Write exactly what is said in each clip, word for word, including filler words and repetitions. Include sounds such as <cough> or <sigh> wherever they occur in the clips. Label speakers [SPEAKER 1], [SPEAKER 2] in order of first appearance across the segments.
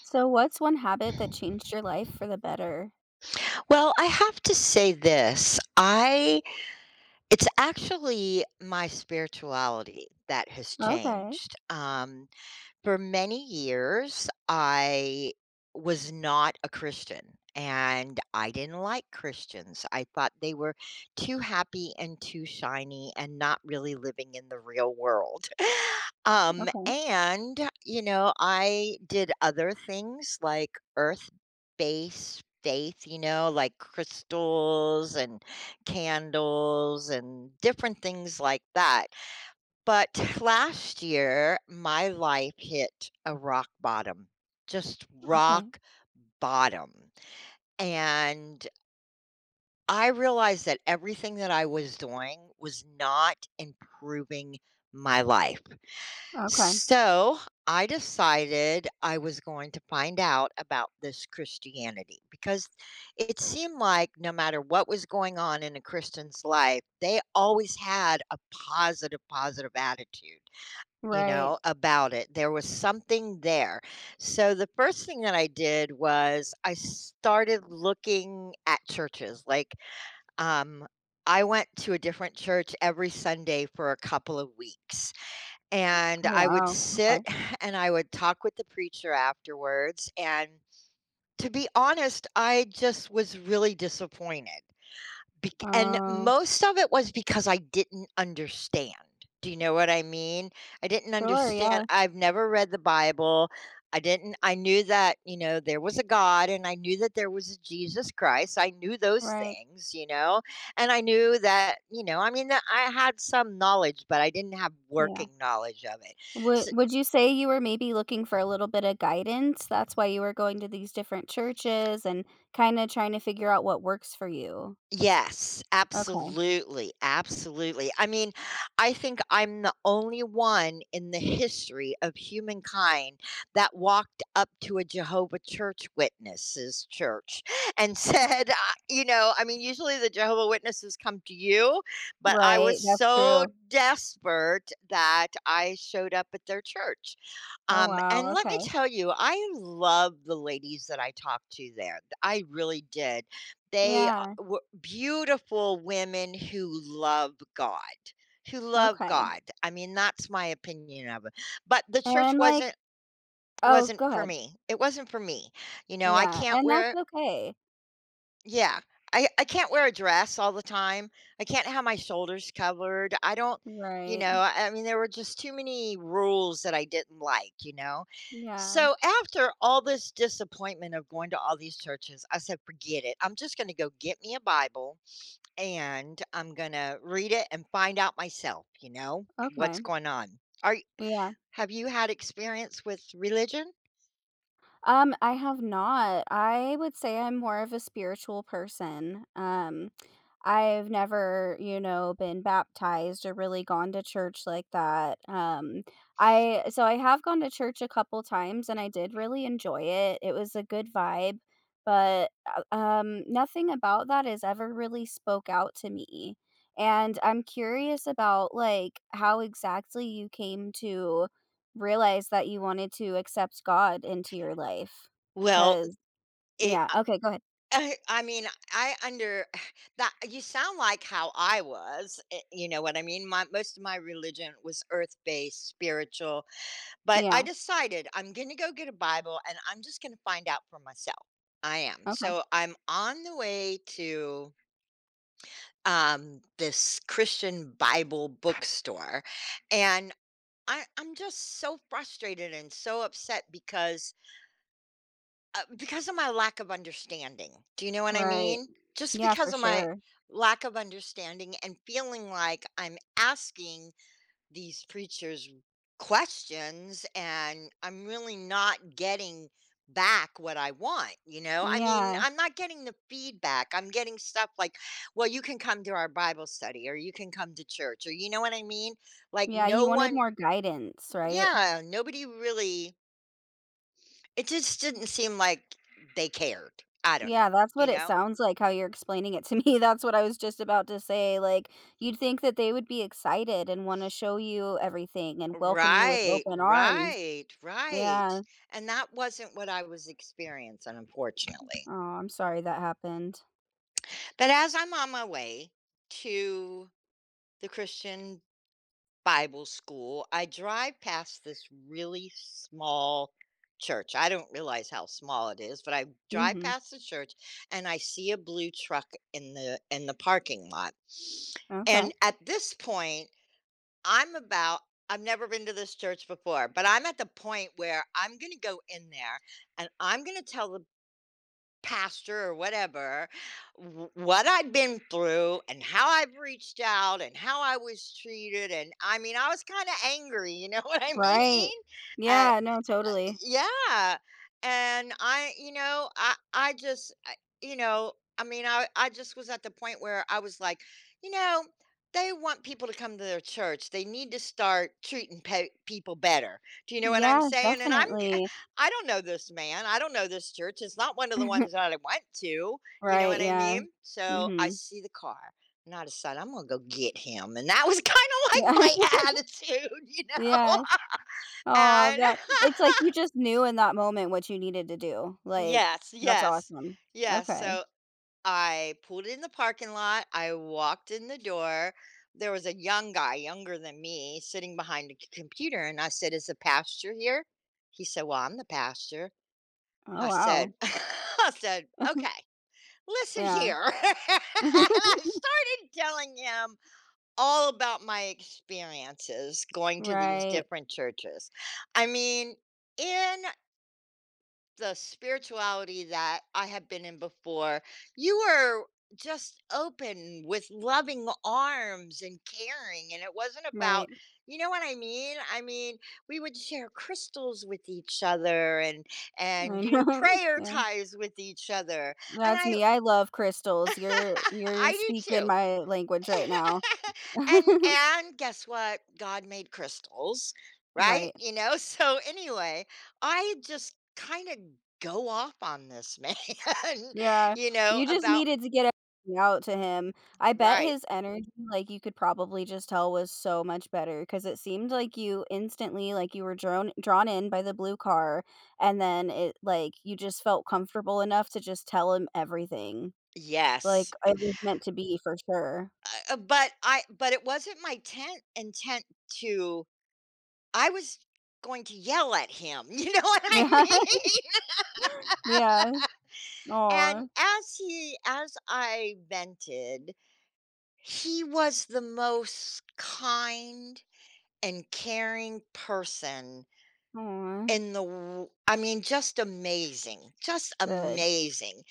[SPEAKER 1] So what's one habit that changed your life for the better?
[SPEAKER 2] Well, I have to say this, I it's actually my spirituality that has
[SPEAKER 1] Okay.
[SPEAKER 2] changed. Um, for many years, I was not a Christian, and I didn't like Christians. I thought they were too happy and too shiny and not really living in the real world. <laughs> Um,
[SPEAKER 1] Okay.
[SPEAKER 2] and, you know, I did other things like earth-based faith, you know, like crystals and candles and different things like that. But <laughs> last year, my life hit a rock bottom, just
[SPEAKER 1] Okay.
[SPEAKER 2] rock bottom. And I realized that everything that I was doing was not improving my life.
[SPEAKER 1] Okay.
[SPEAKER 2] So I decided I was going to find out about this Christianity because it seemed like no matter what was going on in a Christian's life, they always had a positive, positive attitude, you
[SPEAKER 1] Right.
[SPEAKER 2] know, about it. There was something there. So the first thing that I did was I started looking at churches. Like, um, I went to a different church every Sunday for a couple of weeks and
[SPEAKER 1] Oh,
[SPEAKER 2] I would
[SPEAKER 1] wow.
[SPEAKER 2] sit
[SPEAKER 1] Okay.
[SPEAKER 2] <sighs> and I would talk with the preacher afterwards, and to be honest, I just was really disappointed. Bec And
[SPEAKER 1] Oh,
[SPEAKER 2] most of it was because I didn't understand. Do you know what I mean? I didn't
[SPEAKER 1] sure.
[SPEAKER 2] understand,
[SPEAKER 1] Yeah.
[SPEAKER 2] I've never read the Bible. I didn't I knew that, you know, there was a God and I knew that there was a Jesus Christ. I knew those
[SPEAKER 1] Right.
[SPEAKER 2] things, you know, and I knew that, you know, I mean, that I had some knowledge, but I didn't have
[SPEAKER 1] Yeah.
[SPEAKER 2] working knowledge of it.
[SPEAKER 1] Would
[SPEAKER 2] So.
[SPEAKER 1] would you say you were maybe looking for a little bit of guidance? That's why you were going to these different churches and kind of trying to figure out what works for you.
[SPEAKER 2] Yes,
[SPEAKER 1] Okay.
[SPEAKER 2] absolutely, absolutely. I mean, I think I'm the only one in the history of humankind that walked up to a Jehovah Church Witnesses church and <laughs> said, I you know, I mean, usually the Jehovah Witnesses come to you, but I was
[SPEAKER 1] Right. That's
[SPEAKER 2] so
[SPEAKER 1] true.
[SPEAKER 2] desperate that I showed up at their church.
[SPEAKER 1] Oh,
[SPEAKER 2] Um, and
[SPEAKER 1] wow.
[SPEAKER 2] let me
[SPEAKER 1] Okay.
[SPEAKER 2] tell you, I love the ladies that I talked to there. I really did. They uh,
[SPEAKER 1] Yeah.
[SPEAKER 2] were beautiful women who love God, who love
[SPEAKER 1] Okay.
[SPEAKER 2] God. I mean, that's my opinion of it. But the church
[SPEAKER 1] And like,
[SPEAKER 2] wasn't
[SPEAKER 1] oh,
[SPEAKER 2] wasn't
[SPEAKER 1] go
[SPEAKER 2] for
[SPEAKER 1] ahead.
[SPEAKER 2] me. It wasn't for me. You know, I
[SPEAKER 1] Yeah.
[SPEAKER 2] can't
[SPEAKER 1] And that's
[SPEAKER 2] wear
[SPEAKER 1] okay.
[SPEAKER 2] yeah. I I can't wear a dress all the time. I can't have my shoulders covered. I don't You know,
[SPEAKER 1] Right.
[SPEAKER 2] I I mean, there were just too many rules that I didn't like, you know?
[SPEAKER 1] Yeah.
[SPEAKER 2] So after all this disappointment of going to all these churches, I said, forget it. I'm just going to go get me a Bible and I'm going to read it and find out myself, you know, what's
[SPEAKER 1] Okay.
[SPEAKER 2] going on. Are y-
[SPEAKER 1] Yeah.
[SPEAKER 2] have you had experience with religion?
[SPEAKER 1] Um, I have not. I would say I'm more of a spiritual person. Um, I've never, you know, been baptized or really gone to church like that. Um, I so I have gone to church a couple times and I did really enjoy it. It was a good vibe, but uh, um, nothing about that has ever really spoke out to me. And I'm curious about like how exactly you came to realize that you wanted to accept God into your life.
[SPEAKER 2] Well,
[SPEAKER 1] Cause
[SPEAKER 2] it,
[SPEAKER 1] yeah, okay, go ahead.
[SPEAKER 2] I I mean, I under <sighs> that you sound like how I was, eh, you know what I mean? My Most of my religion was earth-based, spiritual, but I
[SPEAKER 1] Yeah,
[SPEAKER 2] decided I'm gonna go get a Bible and I'm just gonna find out for myself. I am.
[SPEAKER 1] okay,
[SPEAKER 2] So, I'm on the way to, um, this Christian Bible bookstore, and I I'm just so frustrated and so upset because uh, because of my lack of understanding. Do you know what I
[SPEAKER 1] right.
[SPEAKER 2] mean? Just
[SPEAKER 1] Yeah, for
[SPEAKER 2] because of my
[SPEAKER 1] sure.
[SPEAKER 2] lack of understanding and feeling like I'm asking these preachers questions and I'm really not getting back what I want, you know? I mean,
[SPEAKER 1] Yeah.
[SPEAKER 2] I'm not getting the feedback. I'm getting stuff like, well, you can come to our Bible study or you can come to church or you know what I mean? Like
[SPEAKER 1] Yeah,
[SPEAKER 2] no
[SPEAKER 1] you wanted
[SPEAKER 2] one
[SPEAKER 1] more guidance, right?
[SPEAKER 2] yeah, nobody really, it just didn't seem like they cared. I don't
[SPEAKER 1] Yeah,
[SPEAKER 2] know,
[SPEAKER 1] that's
[SPEAKER 2] you
[SPEAKER 1] what it
[SPEAKER 2] know?
[SPEAKER 1] sounds like how you're explaining it to me. <laughs> That's what I was just about to say, like, you'd think that they would be excited and wanna show you everything and welcome you with
[SPEAKER 2] Right,
[SPEAKER 1] open arms.
[SPEAKER 2] right, right.
[SPEAKER 1] Yeah.
[SPEAKER 2] And that wasn't what I was experiencing, unfortunately.
[SPEAKER 1] Oh, I'm sorry that happened.
[SPEAKER 2] But as I'm on my way to the Christian Bible school, I drive past this really small church. I don't realize how small it is, but I drive
[SPEAKER 1] Mhm.
[SPEAKER 2] past the church and I see a blue truck in the in the parking lot.
[SPEAKER 1] Okay.
[SPEAKER 2] And at this point, I'm about I've never been to this church before, but I'm at the point where I'm going to go in there and I'm going to tell the pastor or whatever wh- what I've been through and how I've reached out and how I was treated, and I mean I was kind of angry, you know <laughs> what I
[SPEAKER 1] Right.
[SPEAKER 2] mean? Uh,
[SPEAKER 1] Yeah, no, totally.
[SPEAKER 2] yeah, and I you know, I I just I you know, I mean, I I just was at the point where I was like, you know, they want people to come to their church. They need to start treating pe people better. Do you know what I'm
[SPEAKER 1] Yeah,
[SPEAKER 2] saying? And I'm g
[SPEAKER 1] definitely.
[SPEAKER 2] <laughs> I don't know this man. I don't know this church. It's not one of the
[SPEAKER 1] <laughs>
[SPEAKER 2] ones that I went to, you know
[SPEAKER 1] Right,
[SPEAKER 2] what I
[SPEAKER 1] yeah.
[SPEAKER 2] mean? So, I
[SPEAKER 1] Mhm.
[SPEAKER 2] see the car, and I decide I'm gonna go get him, and that was kinda <laughs> like
[SPEAKER 1] Yeah.
[SPEAKER 2] my
[SPEAKER 1] <laughs>
[SPEAKER 2] attitude, you know?
[SPEAKER 1] Yeah.
[SPEAKER 2] <laughs>
[SPEAKER 1] Oh,
[SPEAKER 2] And
[SPEAKER 1] that it's like
[SPEAKER 2] <laughs>
[SPEAKER 1] you just knew in that moment what you needed to do, like,
[SPEAKER 2] Yes,
[SPEAKER 1] that's
[SPEAKER 2] yes,
[SPEAKER 1] awesome.
[SPEAKER 2] yes.
[SPEAKER 1] Okay.
[SPEAKER 2] So I pulled in the parking lot. I walked in the door. There was a young guy, younger than me, sitting behind a c- computer. And I said, "Is the pastor here?" He said, "Well, I'm the pastor."
[SPEAKER 1] Oh,
[SPEAKER 2] I
[SPEAKER 1] wow.
[SPEAKER 2] said, <laughs> I said, okay, listen
[SPEAKER 1] Yeah.
[SPEAKER 2] here. <laughs> And I started telling him all about my experiences going to these
[SPEAKER 1] Right,
[SPEAKER 2] different churches. I mean, in the spirituality that I have been in before, you were just open with loving arms and caring. And it wasn't about,
[SPEAKER 1] right.
[SPEAKER 2] you know what I mean? I mean, we would share crystals with each other and and
[SPEAKER 1] I
[SPEAKER 2] do
[SPEAKER 1] know. <laughs>
[SPEAKER 2] prayer
[SPEAKER 1] Yeah.
[SPEAKER 2] ties with each other. And
[SPEAKER 1] That's
[SPEAKER 2] I
[SPEAKER 1] me, I love crystals.
[SPEAKER 2] <laughs>
[SPEAKER 1] You're you're
[SPEAKER 2] I do
[SPEAKER 1] speaking
[SPEAKER 2] too.
[SPEAKER 1] my language right now. <laughs>
[SPEAKER 2] <laughs> and and guess what? God made crystals, right?
[SPEAKER 1] Right.
[SPEAKER 2] You know. <laughs> So anyway, I just kind of go off on this man, <laughs>
[SPEAKER 1] Yeah,
[SPEAKER 2] you know,
[SPEAKER 1] you just
[SPEAKER 2] about
[SPEAKER 1] needed to get everything out to him. I bet
[SPEAKER 2] right.
[SPEAKER 1] his energy, like, you could probably just tell was so much better because it seemed like you instantly like, you were drawn drawn in by the blue car, and then it like, you just felt comfortable enough to just tell him everything.
[SPEAKER 2] Yes.
[SPEAKER 1] Like, it was meant to be for sure.
[SPEAKER 2] Uh, uh, but I but it wasn't my tent intent to, I was going to yell at him. <laughs> You know what I
[SPEAKER 1] <laughs>
[SPEAKER 2] mean? <laughs>
[SPEAKER 1] Yeah. Yeah. Aw.
[SPEAKER 2] And as he as I vented, he was the most kind and caring person
[SPEAKER 1] Aw,
[SPEAKER 2] in the w I mean, just amazing, just
[SPEAKER 1] good.
[SPEAKER 2] amazing.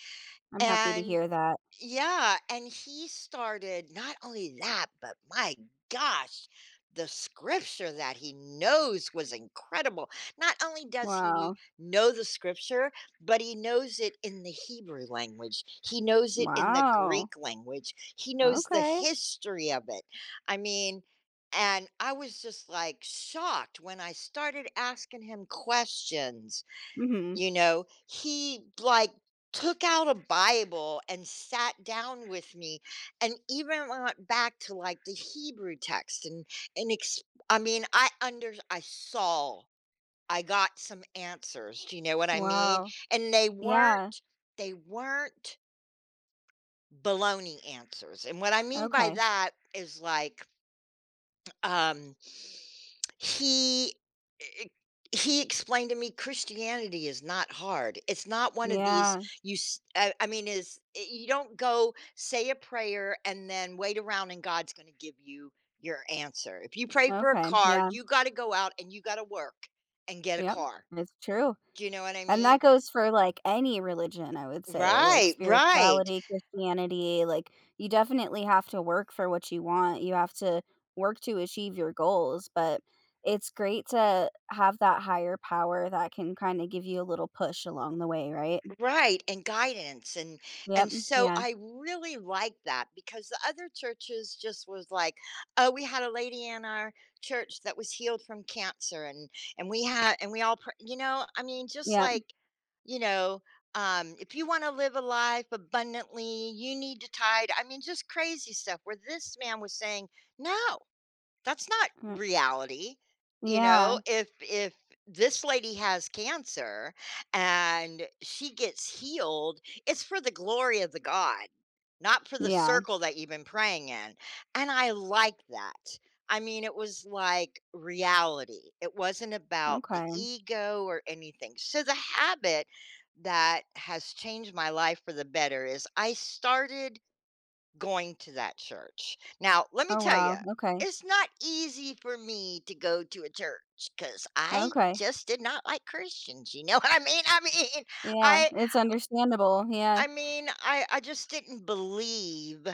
[SPEAKER 1] I'm happy to
[SPEAKER 2] And
[SPEAKER 1] hear that.
[SPEAKER 2] yeah, and he started, not only that, but my gosh, the scripture that he knows was incredible. Not only does he
[SPEAKER 1] Wow.
[SPEAKER 2] know the scripture, but he knows it in the Hebrew language. He knows it in the
[SPEAKER 1] Wow.
[SPEAKER 2] Greek language. He knows the
[SPEAKER 1] Okay.
[SPEAKER 2] history of it. I mean, and I was just like shocked when I started asking him questions,
[SPEAKER 1] Mhm.
[SPEAKER 2] you know, he, like, took out a Bible and sat down with me and even went back to, like, the Hebrew text and and ex I mean, I under I saw, I got some answers, do you know what I mean?
[SPEAKER 1] Wow.
[SPEAKER 2] And they
[SPEAKER 1] Yeah,
[SPEAKER 2] weren't, they weren't baloney answers, and what I mean by
[SPEAKER 1] okay.
[SPEAKER 2] that is, like, um, he e e he explained to me Christianity is not hard. It's not one of these,
[SPEAKER 1] Yeah,
[SPEAKER 2] you s I I mean, is eh, you don't go say a prayer and then wait around and God's gonna give you your answer. If you pray for a
[SPEAKER 1] okay,
[SPEAKER 2] car,
[SPEAKER 1] yeah,
[SPEAKER 2] you gotta go out and you gotta work and get a
[SPEAKER 1] yep,
[SPEAKER 2] car.
[SPEAKER 1] it's true,
[SPEAKER 2] Do you know what I
[SPEAKER 1] and
[SPEAKER 2] mean?
[SPEAKER 1] that goes for, like, any religion, I would say, like,
[SPEAKER 2] Right, right.
[SPEAKER 1] spirituality, Christianity, like, you definitely have to work for what you want, you have to work to achieve your goals, but it's great to have that higher power that can kinda give you a little push along the way, right?
[SPEAKER 2] Right, and guidance and
[SPEAKER 1] Yep,
[SPEAKER 2] and so
[SPEAKER 1] yeah,
[SPEAKER 2] I really liked that because the other churches just was like, oh, we had a lady in our church that was healed from cancer and and we had and we all pr- you know, I mean just
[SPEAKER 1] yep,
[SPEAKER 2] like, you know, um, if you want to live a life abundantly, you need to tide. I mean just crazy stuff where this man was saying, "No. That's not
[SPEAKER 1] mm,
[SPEAKER 2] reality, you know,
[SPEAKER 1] yeah,
[SPEAKER 2] if if this lady has cancer and she gets healed, it's for the glory of the God, not for the
[SPEAKER 1] yeah,
[SPEAKER 2] circle that you've been praying in, and I like that. I mean, it was like reality. It wasn't about the
[SPEAKER 1] okay,
[SPEAKER 2] ego or anything. So the habit that has changed my life for the better is I started going to that church. Now, let me
[SPEAKER 1] oh,
[SPEAKER 2] tell you,
[SPEAKER 1] wow, okay,
[SPEAKER 2] it's not easy for me to go to a church because I
[SPEAKER 1] okay,
[SPEAKER 2] just did not like Christians. You know <laughs> what I mean? I mean,
[SPEAKER 1] yeah,
[SPEAKER 2] I,
[SPEAKER 1] it's understandable, yeah,
[SPEAKER 2] I mean, I, I just didn't believe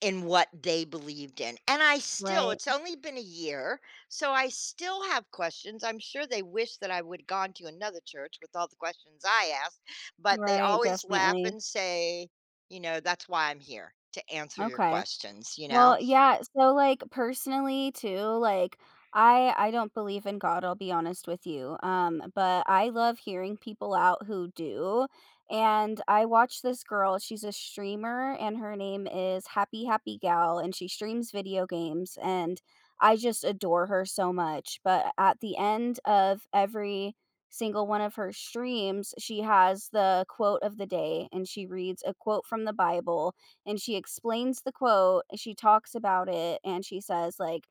[SPEAKER 2] in what they believed in. And I still
[SPEAKER 1] right.
[SPEAKER 2] It's only been a year, so I still have questions. I'm sure they wish that I would have gone to another church with all the questions I asked, but they
[SPEAKER 1] Right,
[SPEAKER 2] always laugh
[SPEAKER 1] definitely.
[SPEAKER 2] and say, you know, "That's why I'm here, to answer your
[SPEAKER 1] Okay.
[SPEAKER 2] questions," you know?
[SPEAKER 1] Well, yeah, so, like, personally too, like, I I don't believe in God, I'll be honest with you, um, but I love hearing people out who do, and I watch this girl, she's a streamer, and her name is Happy Happy Gal, and she streams video games, and I just adore her so much, but at the end of every single one of her streams, she has the quote of the day, and she reads a quote from the Bible and she explains the quote, she talks about it, and she says, like,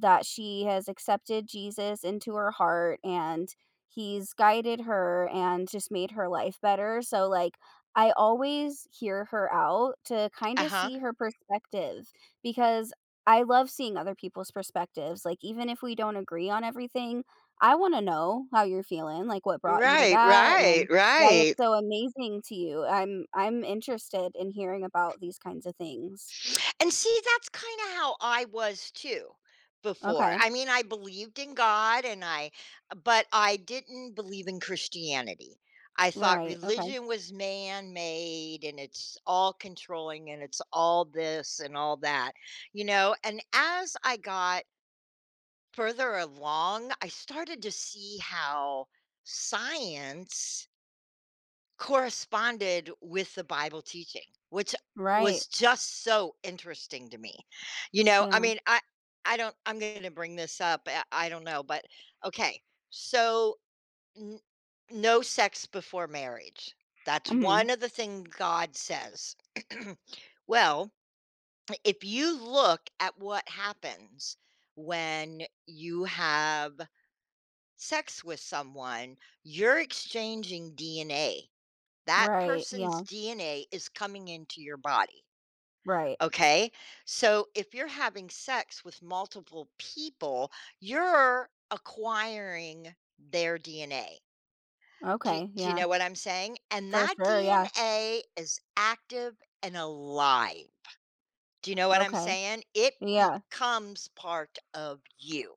[SPEAKER 1] that she has accepted Jesus into her heart and he's guided her and just made her life better. So, like, I always hear her out to kind of
[SPEAKER 2] Uh-huh.
[SPEAKER 1] see her perspective because I love seeing other people's perspectives. Like, even if we don't agree on everything, I want to know how you're feeling, like, what brought you to
[SPEAKER 2] Right,
[SPEAKER 1] that.
[SPEAKER 2] right,
[SPEAKER 1] And why it's
[SPEAKER 2] right.
[SPEAKER 1] so amazing to you. I'm I'm interested in hearing about these kinds of things.
[SPEAKER 2] And see, that's kinda how I was too before.
[SPEAKER 1] Okay.
[SPEAKER 2] I mean, I believed in God and I but I didn't believe in Christianity. I thought
[SPEAKER 1] Right. Okay.
[SPEAKER 2] religion was man-made and it's all controlling and it's all this and all that, you know? And as I got further along, I started to see how science corresponded with the Bible teaching, which was
[SPEAKER 1] Right.
[SPEAKER 2] just so interesting to me. You know, I
[SPEAKER 1] Yeah.
[SPEAKER 2] mean, I I don't I'm going to bring this up. I, I don't know, but okay. So n- no sex before marriage. That's one
[SPEAKER 1] Mhm.
[SPEAKER 2] of the things God says. <clears throat> Well, if you look at what happens when you have sex with someone, you're exchanging D N A, that
[SPEAKER 1] Right.
[SPEAKER 2] person's
[SPEAKER 1] Yeah.
[SPEAKER 2] D N A is coming into your body.
[SPEAKER 1] Right.
[SPEAKER 2] Okay. So if you're having sex with multiple people, you're acquiring their D N A. Do,
[SPEAKER 1] Okay.
[SPEAKER 2] do you
[SPEAKER 1] Yeah.
[SPEAKER 2] know what I'm saying? And
[SPEAKER 1] For
[SPEAKER 2] that
[SPEAKER 1] sure. Yeah.
[SPEAKER 2] D N A is active and alive. Do you know what I'm
[SPEAKER 1] Okay.
[SPEAKER 2] saying? It
[SPEAKER 1] Yeah.
[SPEAKER 2] becomes part of you.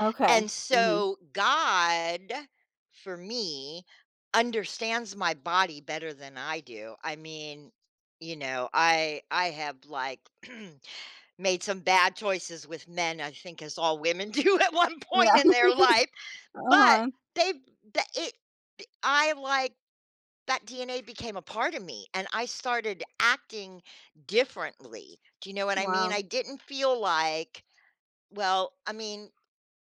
[SPEAKER 1] Okay.
[SPEAKER 2] And
[SPEAKER 1] Mhm.
[SPEAKER 2] so God, for me, understands my body better than I do. I mean, you know, I I have like <clears throat> made some bad choices with men, I think as all women <laughs> do at one point
[SPEAKER 1] Yeah.
[SPEAKER 2] in
[SPEAKER 1] <laughs>
[SPEAKER 2] their life, but
[SPEAKER 1] uh-huh.
[SPEAKER 2] they've the it I like that D N A became a part of me and I started acting differently. Do you know what I mean?
[SPEAKER 1] Wow.
[SPEAKER 2] I didn't feel like, well, I mean,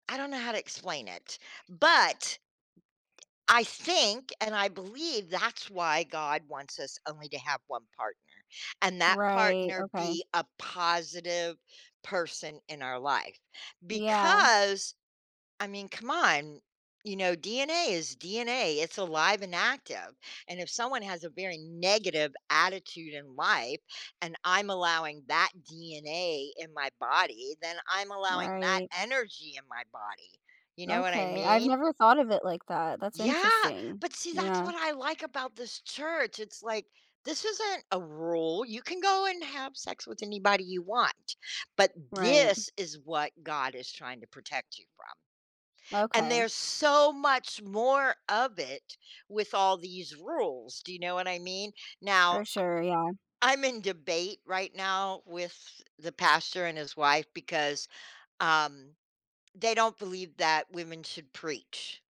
[SPEAKER 2] I don't know how to explain it, but I think and I believe that's why God wants us only to have one partner, and that
[SPEAKER 1] Right.
[SPEAKER 2] partner
[SPEAKER 1] Okay.
[SPEAKER 2] be a positive person in our life,
[SPEAKER 1] Yeah.
[SPEAKER 2] because I mean, come on. You know, D N A is D N A. It's alive and active. And if someone has a very negative attitude in life and I'm allowing that D N A in my body, then I'm allowing that
[SPEAKER 1] Right.
[SPEAKER 2] energy in my body. You know what I
[SPEAKER 1] Okay. I've
[SPEAKER 2] mean?
[SPEAKER 1] never thought of it like that. That's
[SPEAKER 2] Yeah.
[SPEAKER 1] interesting.
[SPEAKER 2] But see, that's
[SPEAKER 1] Yeah.
[SPEAKER 2] what I like about this church. It's like, this isn't a rule. You can go and have sex with anybody you want, but
[SPEAKER 1] Right.
[SPEAKER 2] this is what God is trying to protect you from. And
[SPEAKER 1] Okay.
[SPEAKER 2] there's so much more of it with all these rules, do you know what I mean? Now,
[SPEAKER 1] For sure. Yeah.
[SPEAKER 2] I'm in debate right now with the pastor and his wife because, um, they don't believe that women should preach.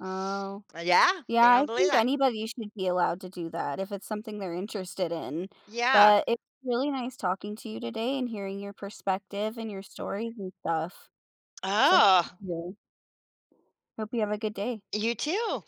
[SPEAKER 1] Oh.
[SPEAKER 2] Yeah,
[SPEAKER 1] Yeah,
[SPEAKER 2] they don't
[SPEAKER 1] I
[SPEAKER 2] believe
[SPEAKER 1] think
[SPEAKER 2] that.
[SPEAKER 1] anybody should be allowed to do that if it's something they're interested in.
[SPEAKER 2] Yeah.
[SPEAKER 1] But it's really nice talking to you today and hearing your perspective and your stories and stuff. So, thank
[SPEAKER 2] Oh,
[SPEAKER 1] you. Hope you have a good day.
[SPEAKER 2] you too.